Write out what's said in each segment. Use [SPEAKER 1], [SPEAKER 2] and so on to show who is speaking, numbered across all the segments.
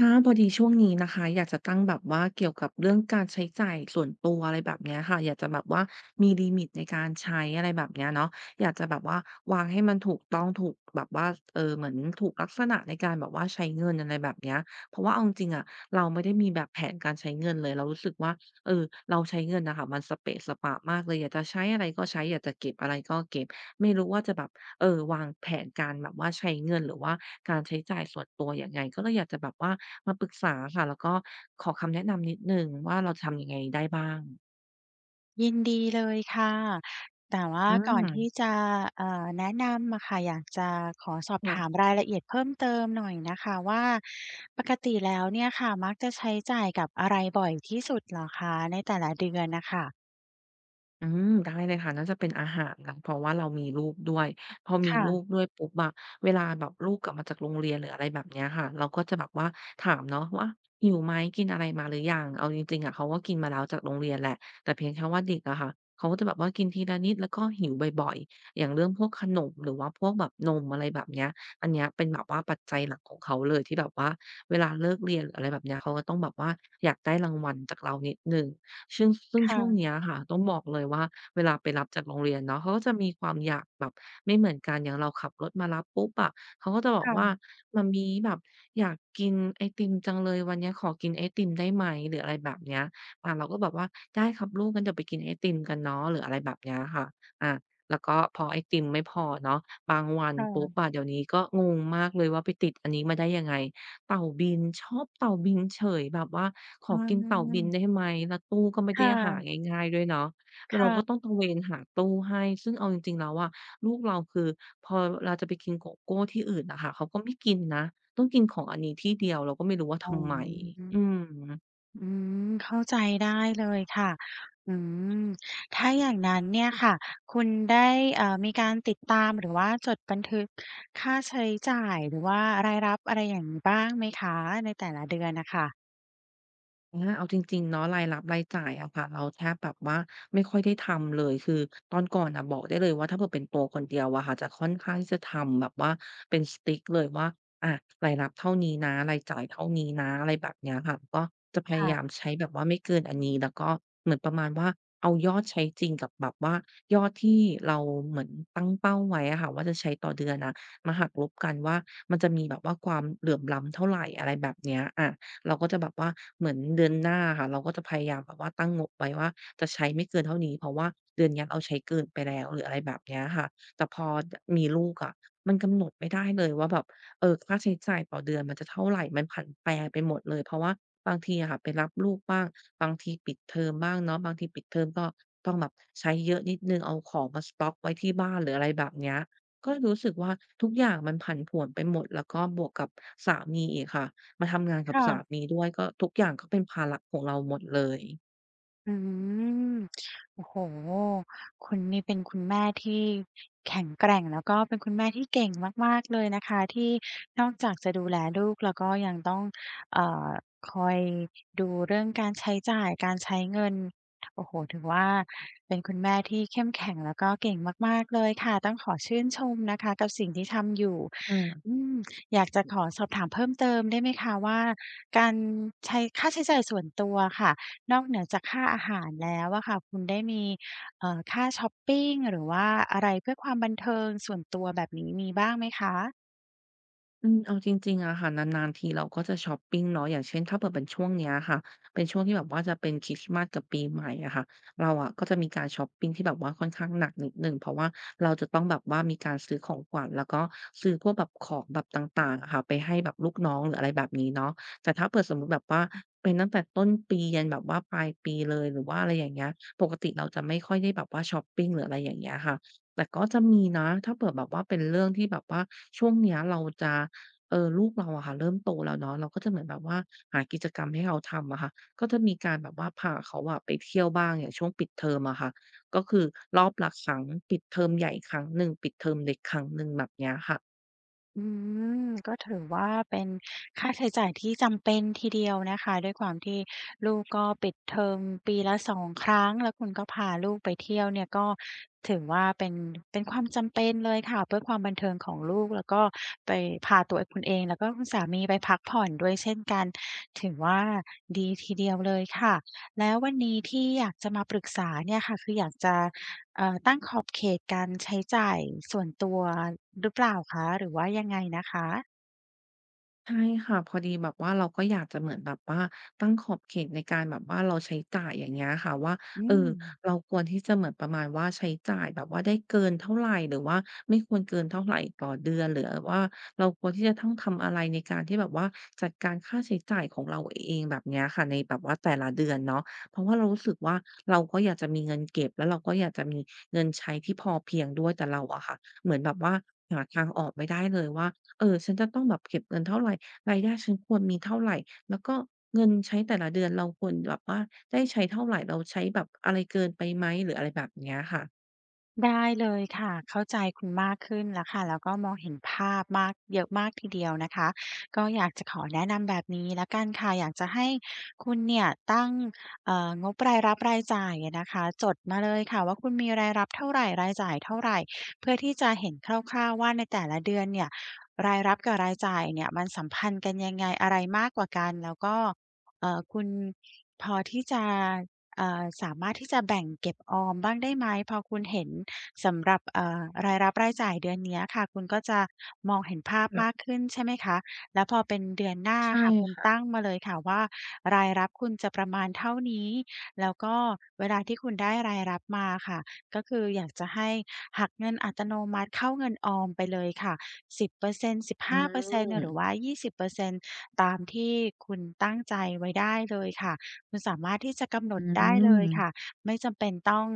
[SPEAKER 1] ค่ะพอดีช่วงนี้นะคะอยากจะตั้งแบบว่าเกี่ยวกับเรื่องการใช้จ่ายส่วนตัวอะไรแบบเนี้ยค่ะอยากจะแบบว่ามีลิมิตในการใช้อะไรแบบเนี้ยเนาะอยากจะแบบว่าวางให้มันถูกต้องถูกแบบว่าเออเหมือนถูกลักษณะในการแบบว่าใช้เงินอะไรแบบเนี้ยเพราะว่าเอาจริงๆอะเราไม่ได้มีแบบแผนการใช้เงินเลยเรารู้สึกว่าเออเราใช้เงินนะคะมันสเปะสปะมากเลยอยากจะใช้อะไรก็ใช้อยากจะเก็บอะไรก็เก็บไม่รู้ว่าจะแบบ เออวางแผนการแบบว่าใช้เงินหรือว่าการใช้จ่ายส่วนตัวยังไงก็เลยอยากจะแบบว่ามาปรึกษาค่ะแล้วก็ขอคำแนะนำนิดหนึ่งว่าเราจะทำยังไงได้บ้าง
[SPEAKER 2] ยินดีเลยค่ะ แต่ว่า
[SPEAKER 1] อื
[SPEAKER 2] ก่อ
[SPEAKER 1] ม
[SPEAKER 2] นที่จะแนะนำอะค่ะ อยากจะขอสอบถาม
[SPEAKER 1] ค่ะ
[SPEAKER 2] รายละเอียดเพิ่มเติมหน่อยนะคะว่าปกติแล้วเนี่ยค่ะมักจะใช้จ่ายกับอะไรบ่อยที่สุดเหรอคะในแต่ละเดือนน่ะ ค่ะ
[SPEAKER 1] อืมได้เลยค่ะน่าจะเป็นอาหารนะเพราะว่าเรามีลูกด้วยพอมีลูก
[SPEAKER 2] ค
[SPEAKER 1] ด้วยปุ๊บอะเวลาแบบลูกกลับมาจากโรงเรียนหรืออะไรแบบเนี้ยค่ะเราก็จะแบบว่าถามเนาะว่าหิวไหมกินอะไรมาหรือยังเอาจริงๆอะเขาก็กินมาแล้วจากโรงเรียนแหละแต่เพียงแค่ว่าเด็กอะค่ะเขาก็จะแบบว่ากินทีละนิดแล้วก็หิวบ่อยๆอย่างเรื่องพวกขนมหรือว่าพวกแบบนมอะไรแบบเนี้ยอันเนี้ยเป็นแบบว่าปัจจัยหลักของเขาเลยที่แบบว่าเวลาเลิกเรียนหรืออะไรแบบเนี้ยเขาก็ต้องแบบว่าอยากได้รางวัลจากเรานิดหนึ่ง ซึ่งช่วง
[SPEAKER 2] ่ะ
[SPEAKER 1] เนี้ยค่ะต้องบอกเลยว่าเวลาไปรับจากโรงเรียนเนาะเขาก็จะมีความอยากแบบไม่เหมือนกันอย่างเราขับรถมารับปุ๊บอะเขาก็จะบอกว่า
[SPEAKER 2] ๆๆ
[SPEAKER 1] มัมมี่แบบอยากกินไอติมจังเลยวันเนี้ยขอกินไอติมได้ไหมหรืออะไรแบบเนี้ยเราก็แบบว่าได้ครับลูกงั้นเดี๋ยวไปกินไอติมกันเนาะหรืออะไรแบบเนี้ยค่ะอาแล้วก็พอไอติมไม่พอเนาะบางวัน
[SPEAKER 2] ๆ
[SPEAKER 1] ปุ๊บอะเดี๋ยวนี้ก็งงมากเลยว่าไปติดอันนี้มาได้ยังไง เต่าบินชอบเต่าบินเฉยแบบว่าขอ
[SPEAKER 2] อื
[SPEAKER 1] กินเต่าบิ
[SPEAKER 2] ม
[SPEAKER 1] นได้ไหมแล้วตู้ก็ไม่
[SPEAKER 2] ค
[SPEAKER 1] ได้หา
[SPEAKER 2] ่ะ
[SPEAKER 1] ง่ายๆด้วยเนาะเราก็ต้อง
[SPEAKER 2] ค่ะ
[SPEAKER 1] ตระเวนหาตู้ให้ซึ่งเอาจริงๆแล้วอะลูกเราคือพอเราจะไปกินโกโก้ที่อื่นน่ะค่ะเขาก็ไม่กินนะต้องกินของอันนี้ที่เดียวเราก็ไม่รู้ว่า
[SPEAKER 2] อ๋
[SPEAKER 1] ทำไมอื
[SPEAKER 2] อ
[SPEAKER 1] ม
[SPEAKER 2] อืมเข้าใจได้เลยค่ะอืมถ้าอย่างนั้นเนี่ยค่ะคุณได้มีการติดตามหรือว่าจดบันทึกค่าใช้จ่ายหรือว่ารายรับอะไรอย่างงี้บ้างไหมคะในแต่ละเดือนน่ะค่ะ
[SPEAKER 1] อาเอาจริงๆเนาะรายรับรายจ่ายอะค่ะเราแทบแบบว่าไม่ค่อยได้ทำเลยคือตอนก่อนน่ะบอกได้เลยว่าถ้าเผื่อเป็นตัวคนเดียวอะค่ะจะค่อนข้างที่จะทำแบบว่าเป็นสติ๊กเลยว่าอะรายรับเท่านี้นะรายจ่ายเท่านี้นะอะไรแบบเนี้ยค่ะก็จะพยายาม
[SPEAKER 2] ค่ะ
[SPEAKER 1] ใช้แบบว่าไม่เกินอันนี้แล้วก็เหมือนประมาณว่าเอายอดใช้จริงกับแบบว่ายอดที่เราเหมือนตั้งเป้าไว้อะค่ะว่าจะใช้ต่อเดือนอะมาหักลบกันว่ามันจะมีแบบว่าความเหลื่อมล้ำเท่าไรอะไรแบบเนี้ยอะ เราก็จะแบบว่าเหมือนเดือนหน้าค่ะเราก็จะพยายามแบบว่าตั้งงบไว้ว่าจะใช้ไม่เกินเท่านี้เพราะว่าเดือนเนี้ยเราใช้เกินไปแล้วหรืออะไรแบบเนี้ยค่ะแต่พอดมีลูกอะมันกำหนดไม่ได้เลยว่าแบบค่าใช้จ่ายต่อเดือนมันจะเท่าไรมันผันแปรไปหมดเลยเพราะว่าบางทีอะค่ะไปรับลูกบ้างบางทีปิดเทอมบ้างเนาะบางทีปิดเทอมก็ต้องแบบใช้เยอะนิดหนึ่งเอาของมาสต็อกไว้ที่บ้านหรืออะไรแบบเนี้ยก็รู้สึกว่าทุกอย่างมันผันผวนไปหมดแล้วก็บวกกับสามีอีกค่ะ มาทำงานกับสา
[SPEAKER 2] ค่ะ
[SPEAKER 1] มีด้วยก็ทุกอย่างก็เป็นภาระของเราหมดเลย
[SPEAKER 2] อืม โอ้โฮคุณนี่เป็นคุณแม่ที่แข็งแกร่งแล้วก็เป็นคุณแม่ที่เก่งมากๆเลยนะคะที่นอกจากจะดูแลลูกแล้วก็ยังต้องเอ่อคอยดูเรื่องการใช้จ่ายการใช้เงิน โอ้โฮถือว่าเป็นคุณแม่ที่เข้มแข็งแล้วก็เก่งมากๆเลยค่ะต้องขอชื่นชมนะคะกับสิ่งที่ทำอยู่
[SPEAKER 1] อา
[SPEAKER 2] อืมอยากจะขอสอบถามเพิ่มเติมได้ไหมคะว่าการใช้ค่าใช้จ่ายส่วนตัวค่ะ นอกเหนือจากค่าอาหารแล้วอะค่ะคุณได้มีค่าช็อปปิงหรือว่าอะไรเพื่อความบันเทิงส่วนตัวแบบนี้มีบ้างไหมคะ
[SPEAKER 1] อืมเอาจริงๆอะค่ะนานๆทีเราก็จะช็อปปิงเนาะอย่างเช่นถ้าเผื่อเป็นช่วงเนี้ยค่ะเป็นช่วงที่แบบว่าจะเป็นคริสต์มาสกับปีใหม่อะค่ะเราอะก็จะมีการช็อปปิงที่แบบว่าค่อนข้างหนักนิดหนึ่งเพราะว่าเราจะต้องแบบว่ามีการซื้อของขวัญแล้วก็ซื้อพวกแบบของแบบต่างๆอะค่ะไปให้แบบลูกน้องหรืออะไรแบบนี้เนาะแต่ถ้าเผื่อสมมุติแบบว่าเป็นตั้งแต่ต้นปียันแบบว่าปลายปีเลยหรือว่าอะไรอย่างเงี้ยปกติเราจะไม่ค่อยได้แบบว่าช็อปปิงหรืออะไรอย่างเงี้ยค่ะแต่ก็จะมีนะถ้าเผื่อแบบว่าเป็นเรื่องที่แบบว่าช่วงเนี้ยเราจะ เออลูกเราอะค่ะเริ่มโตแล้วเนาะเราก็จะเหมือนแบบว่าหากิจกรรมให้เขาทำอะค่ะก็จะมีการแบบว่าพาเขาอะไปเที่ยวบ้างอย่างช่วงปิดเทอมอะค่ะก็คือรอบละครั้งปิดเทอมใหญ่ครั้งหนึ่งปิดเทอมเล็กครั้งหนึ่งแบบเนี้ยค่ะ
[SPEAKER 2] อืมก็ถือว่าเป็นค่าใช้จ่ายที่จำเป็นทีเดียวนะคะด้วยความที่ลูกก็ปิดเทอมปีละสองครั้งแล้วคุณก็พาลูกไปเที่ยวเนี่ยก็ถือว่าเป็นเป็นความจำเป็นเลยค่ะเพื่อความบันเทิงของลูกแล้วก็ไปพาตัวคุณเองแล้วก็คุณสามีไปพักผ่อนด้วยเช่นกันถือว่าดีทีเดียวเลยค่ะแล้ววันนี้ที่อยากจะมาปรึกษาเนี่ยค่ะคืออยากจะ ตั้งขอบเขตการใช้จ่ายส่วนตัวหรือเปล่าคะหรือว่ายังไงนะคะ
[SPEAKER 1] ใช่ค่ะพอดีแบบว่าเราก็อยากจะเหมือนแบบว่าตั้งขอบเขตในการแบบว่าเราใช้จ่ายอย่างเงี้ยค่ะว่า
[SPEAKER 2] อื
[SPEAKER 1] เออ
[SPEAKER 2] ม
[SPEAKER 1] เราควรที่จะเหมือนประมาณว่าใช้จ่ายแบบว่าได้เกินเท่าไหรหรือว่าไม่ควรเกินเท่าไหรต่อเดือนหรือว่าเราควรที่จะต้องทำอะไรในการที่แบบว่าจัดการค่าใช้จ่ายของเราเองแบบเนี้ยค่ะในแบบว่าแต่ละเดือนเนาะเพราะว่าเรารู้สึกว่าเราก็อยากจะมีเงินเก็บแล้วเราก็อยากจะมีเงินใช้ที่พอเพียงด้วยแต่เราอะค่ะเหมือนแบบว่าหาทางออกไม่ได้เลยว่าเออฉันจะต้องแบบเก็บเงินเท่าไหร รายได้ฉันควรมีเท่าไรแล้วก็เงินใช้แต่ละเดือนเราควรแบบว่าได้ใช้เท่าไรเราใช้แบบอะไรเกินไปไหมหรืออะไรแบบเนี้ยค่ะ
[SPEAKER 2] ได้เลยค่ะเข้าใจคุณมากขึ้นแล้วค่ะแล้วก็มองเห็นภาพมากเยอะมากทีเดียวนะคะก็อยากจะขอแนะนำแบบนี้แล้วกันค่ะอยากจะให้คุณเนี่ยตั้งงบรายรับรายจ่ายอะนะคะจดมาเลยค่ะว่าคุณมีรายรับเท่าไรรายจ่ายเท่าไรเพื่อที่จะเห็นคร่าวๆว่าในแต่ละเดือนเนี่ยรายรับกับรายจ่ายเนี่ยมันสัมพันธ์กันยังไงอะไรมากกว่ากันแล้วก็คุณพอที่จะสามารถที่จะแบ่งเก็บออมบ้างได้ไหมพอคุณเห็น สำหรับรายรับรายจ่ายเดือนเนี้ยค่ะคุณก็จะมองเห็นภาพมาก
[SPEAKER 1] ค่ะ
[SPEAKER 2] ขึ้นใช่ไหมคะแล้วพอเป็นเดือนหน้า
[SPEAKER 1] ใช่
[SPEAKER 2] ค่ะคุณ
[SPEAKER 1] ค่ะ
[SPEAKER 2] ตั้งมาเลยค่ะว่ารายรับคุณจะประมาณเท่านี้แล้วก็เวลาที่คุณได้รายรับมาค่ะก็คืออยากจะให้หักเงินอัตโนมัติเข้าเงินออมไปเลยค่ะ10%
[SPEAKER 1] อื
[SPEAKER 2] 15%หาเปอรเซ็นต์หรือ
[SPEAKER 1] ม
[SPEAKER 2] ว่า20%ตตามที่คุณตั้งใจไว้ได้เลยค่ะคุณสามารถที่จะกำหน
[SPEAKER 1] อื
[SPEAKER 2] ดได้เลยค่ะ
[SPEAKER 1] ม
[SPEAKER 2] ไม่จำเป็นต้อง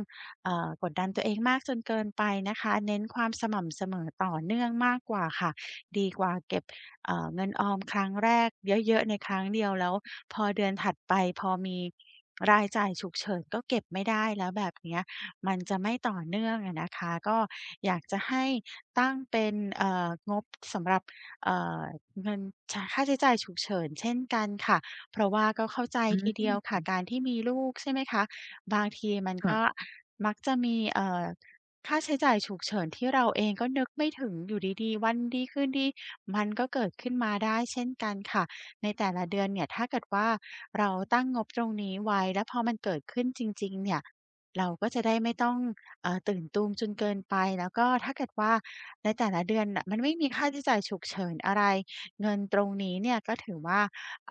[SPEAKER 2] กดดันตัวเองมากจนเกินไปนะคะเน้นความสม่ำเสมอต่อเนื่องมากกว่าค่ะดีกว่าเก็บเงินออมครั้งแรกเยอะๆในครั้งเดียวแล้วพอเดือนถัดไปพอมีรายจ่ายฉุกเฉินก็เก็บไม่ได้แล้วแบบเนี้ยมันจะไม่ต่อเนื่องอะนะคะก็อยากจะให้ตั้งเป็นงบสำหรับเอ่อเงินชค่าใช้จ่ายฉุกเฉินเช่นกันค่ะเพราะว่าก็เข้าใจ
[SPEAKER 1] อื
[SPEAKER 2] ทีเดียวค่ะ
[SPEAKER 1] ม
[SPEAKER 2] การที่มีลูกใช่ไหมคะบางทีมันก็
[SPEAKER 1] ค่ะ
[SPEAKER 2] มักจะมีค่าใช้จ่ายฉุกเฉินที่เราเองก็นึกไม่ถึงอยู่ดีๆวันดีคืนดีมันก็เกิดขึ้นมาได้เช่นกันค่ะในแต่ละเดือนเนี่ยถ้าเกิดว่าเราตั้งงบตรงนี้ไว้แล้วพอมันเกิดขึ้นจริงๆเนี่ยเราก็จะได้ไม่ต้องตื่นตูมจนเกินไปแล้วก็ถ้าเกิดว่าในแต่ละเดือนน่ะมันไม่มีค่าใช้จ่ายฉุกเฉินอะไรเงินตรงนี้เนี่ยก็ถือว่า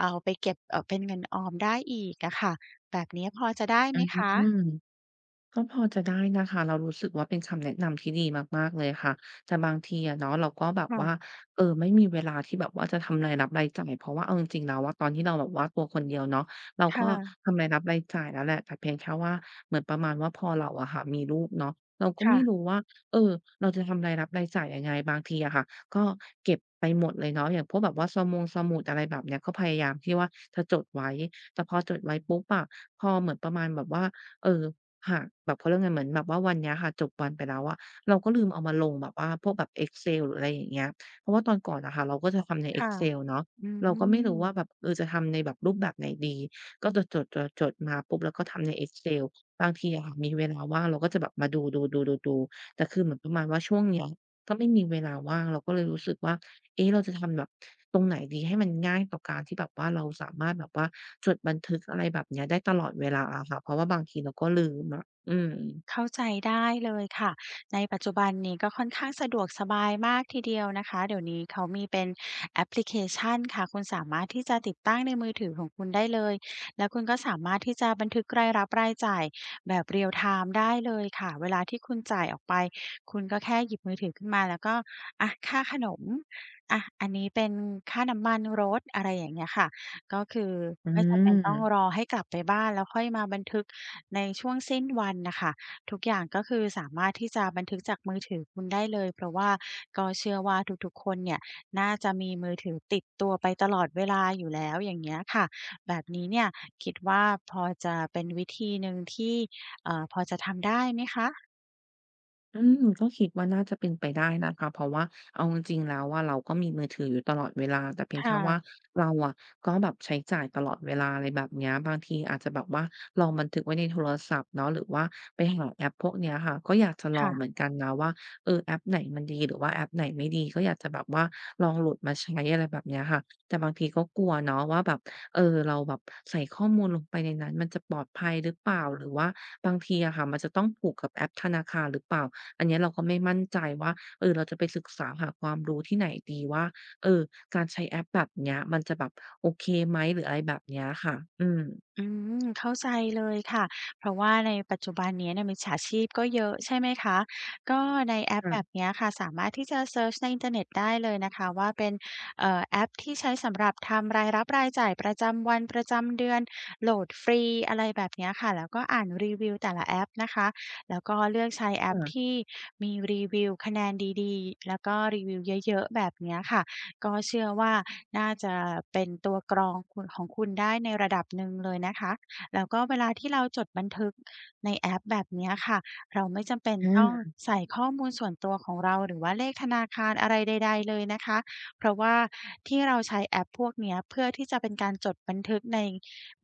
[SPEAKER 2] เอาไปเก็บเป็นเงินออมได้อีกอะค่ะแบบนี้พอจะได้
[SPEAKER 1] อื
[SPEAKER 2] ไหม
[SPEAKER 1] ม
[SPEAKER 2] คะ
[SPEAKER 1] ก็พอจะได้นะคะเรารู้สึกว่าเป็นคำแนะนำที่ดีมากๆเลยค่ะแต่บางทีอะเนาะเราก็แบบว่า
[SPEAKER 2] ค่ะ
[SPEAKER 1] เออไม่มีเวลาที่แบบว่าจะทำรายรับรายจ่ายเพราะว่าเอาจริงๆแล้วว่าตอนที่เราแบบว่าตัวคนเดียวเนาะเราก็
[SPEAKER 2] ค่ะ
[SPEAKER 1] ทำรายรับรายจ่ายแล้วแหละแต่เพียงแค่ว่าเหมือนประมาณว่าพอเราอะค่ะมีลูกเนาะเราก็ไม่
[SPEAKER 2] ค่ะ
[SPEAKER 1] รู้ว่าเออเราจะทำรายรับรายจ่ายยังไงบางทีอะค่ะก็เก็บไปหมดเลยเนาะอย่างพวกแบบว่าสะมงสมุดอะไรแบบเนี้ยก็พยายามที่ว่าจะจดไว้แต่พอจดไว้ปุ๊บอะพอเหมือนประมาณแบบว่าเออ หากแบบเขาเรียกไงเหมือนแบบว่าวันเนี้ยค่ะจบวันไปแล้วอะเราก็ลืมเอามาลงแบบว่าพวกแบบ Excel หรืออะไรอย่างเงี้ยเพราะว่าตอนก่อนอะค่ะเราก็จะทำใน
[SPEAKER 2] ค่ะ
[SPEAKER 1] Excel เนาะ
[SPEAKER 2] อืม
[SPEAKER 1] เรา
[SPEAKER 2] อื
[SPEAKER 1] ก็ไม่
[SPEAKER 2] ม
[SPEAKER 1] รู้ว่าแบบเออจะทำในแบบรูปแบบไหนดีก็จะจดๆๆๆมาปุ๊บแล้วก็ทำใน Excel บางทีอะค่ะมีเวลาว่างเราก็จะแบบมาดูๆๆๆๆแต่คือเหมือนประมาณว่าช่วงเนี้ย ก็ไม่มีเวลาว่างเราก็เลยรู้สึกว่า เอ๊ะเราจะทำแบบตรงไหนดีให้มันง่ายต่อการที่แบบว่าเราสามารถแบบว่าจดบันทึกอะไรแบบเนี้ยได้ตลอดเวลาอะค่ะเพราะว่าบางทีเราก็ลืมอะอืม
[SPEAKER 2] เข้าใจได้เลยค่ะในปัจจุบันนี้ก็ค่อนข้างสะดวกสบายมากทีเดียวนะคะเดี๋ยวนี้เขามีเป็นแอปพลิเคชันค่ะคุณสามารถที่จะติดตั้งในมือถือของคุณได้เลยแล้วคุณก็สามารถที่จะบันทึกรายรับรายจ่ายแบบเรี a ลไทม์ได้เลยค่ะเวลาที่คุณจ่ายออกไปคุณก็แค่หยิบมือถือขึ้นมาแล้วก็อะค่าขนมอะอันนี้เป็นค่าน้ำมันรถอะไรอย่างเงี้ยค่ะก็คือ
[SPEAKER 1] อื
[SPEAKER 2] ไม่จำเป็นต้องร
[SPEAKER 1] ม
[SPEAKER 2] อให้กลับไปบ้านแล้วค่อยมาบันทึกในช่วงสิ้นวันน่ะค่ะ ทุกอย่างก็คือสามารถที่จะบันทึกจากมือถือคุณได้เลยเพราะว่าก็เชื่อว่าทุกๆคนเนี่ยน่าจะมีมือถือติดตัวไปตลอดเวลาอยู่แล้วอย่างเงี้ยค่ะแบบนี้เนี่ยคิดว่าพอจะเป็นวิธีหนึ่งที่พอจะทำได้ไหมคะ
[SPEAKER 1] อืมก็คิดว่าน่าจะเป็นไปได้นะคะเพราะว่าเอาจริงๆแล้วอะเราก็มีมือถืออยู่ตลอดเวลาแต่เพีย
[SPEAKER 2] ค
[SPEAKER 1] งแค่ว่า
[SPEAKER 2] ่ะ
[SPEAKER 1] เราอะก็แบบใช้จ่ายตลอดเวลาอะไรแบบเนี้ยบางทีอาจจะแบบว่าลองบันทึกไว้ในโทรศัพท์เนาะหรือว่าไปหาแอปพวกเนี้ยค่ะก็อยากจะลองเหมือน
[SPEAKER 2] ค่ะ
[SPEAKER 1] กันนะว่าเออแอปไหนมันดีหรือว่าแอปไหนไม่ดีก็อยากจะแบบว่าลองโหลดมาใช้อะไรแบบเนี้ยค่ะแต่บางทีก็กลัวเนาะว่าแบบเออเราแบบใส่ข้อมูลลงไปในนั้นมันจะปลอดภัยหรือเปล่าหรือว่าบางทีอะค่ะมันจะต้องผูกกับแอปธนาคารหรือเปล่า อันเนี้ยเราก็ไม่มั่นใจว่าเออเราจะไปศึกษาหาความรู้ที่ไหนดีว่าเออการใช้แอปแบบเนี้ยมันจะแบบโอเคไหมหรืออะไรแบบเนี้ยค่ะอืม
[SPEAKER 2] อืมเข้าใจเลยค่ะเพราะว่าในปัจจุบันเนี่ยมิจฉาชีพก็เยอะใช่ไหมคะก็ในแอป
[SPEAKER 1] ค่ะ
[SPEAKER 2] แบบเนี้ยค่ะสามารถที่จะเซิร์ชในอินเทอร์เน็ตได้เลยนะคะว่าเป็นแอปที่ใช้สำหรับทำรายรับรายจ่ายประจำวันประจำเดือนโหลดฟรีอะไรแบบเนี้ยค่ะแล้วก็อ่านรีวิวแต่ละแอปนะคะแล้วก็เลือกใช้แอป
[SPEAKER 1] ค่ะ
[SPEAKER 2] ที่มีรีวิวคะแนนดีๆแล้วก็รีวิวเยอะๆแบบเนี้ยค่ะ ก็เชื่อว่าน่าจะเป็นตัวกรองคุณของคุณได้ในระดับหนึ่งเลยนะคะแล้วก็เวลาที่เราจดบันทึกในแอปแบบเนี้ยค่ะเราไม่จำเป็นต้อง
[SPEAKER 1] อา
[SPEAKER 2] ใส่ข้อมูลส่วนตัวของเราหรือว่าเลขธนาคารอะไรใดๆเลยนะคะเพราะว่าที่เราใช้แอปพวกเนี้ยเพื่อที่จะเป็นการจดบันทึกใน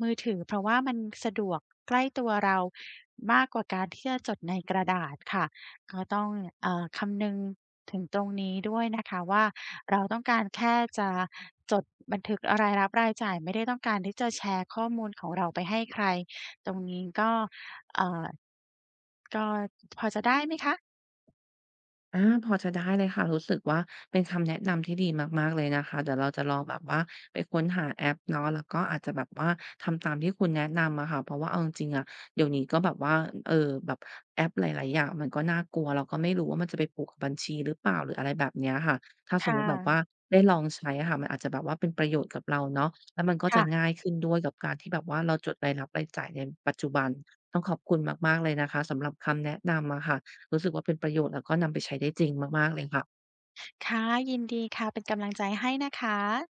[SPEAKER 2] มือถือเพราะว่ามันสะดวกใกล้ตัวเรามากกว่าการที่จะจดในกระดาษค่ะ ก็ต้องคำนึงถึงตรงนี้ด้วยนะคะว่าเราต้องการแค่จะจดบันทึกรายรับรายจ่ายไม่ได้ต้องการที่จะแชร์ข้อมูลของเราไปให้ใครตรงนี้ก็เอ่อก็พอจะได้ไหมคะ
[SPEAKER 1] อาพอจะได้เลยค่ะรู้สึกว่าเป็นคำแนะนำที่ดีมากๆเลยนะคะเดี๋ยวเราจะลองแบบว่าไปค้นหาแอปเนาะแล้วก็อาจจะแบบว่าทำตามที่คุณแนะนำอะค่ะเพราะว่าเอาจริงๆอะเดี๋ยวนี้ก็แบบว่าเอ่อแบบแอปหลายๆอย่างมันก็น่ากลัวเราก็ไม่รู้ว่ามันจะไปผูกกับบัญชีหรือเปล่าหรืออะไรแบบเนี้ยค่ะถ้า
[SPEAKER 2] ค
[SPEAKER 1] สมมุติแบบว่า
[SPEAKER 2] ่ะ
[SPEAKER 1] ได้ลองใช้อะค่ะมันอาจจะแบบว่าเป็นประโยชน์กับเราเนาะแล้วมันก็จะ
[SPEAKER 2] ค่ะ
[SPEAKER 1] ง่ายขึ้นด้วยกับการที่แบบว่าเราจดรายรับรายจ่ายในปัจจุบันต้องขอบคุณมากๆเลยนะคะสำหรับคำแนะนำอะค่ะ รู้สึกว่าเป็นประโยชน์แล้วก็นำไปใช้ได้จริงมากๆเลยค่ะ
[SPEAKER 2] ค่ะยินดีค่ะเป็นกำลังใจให้นะคะ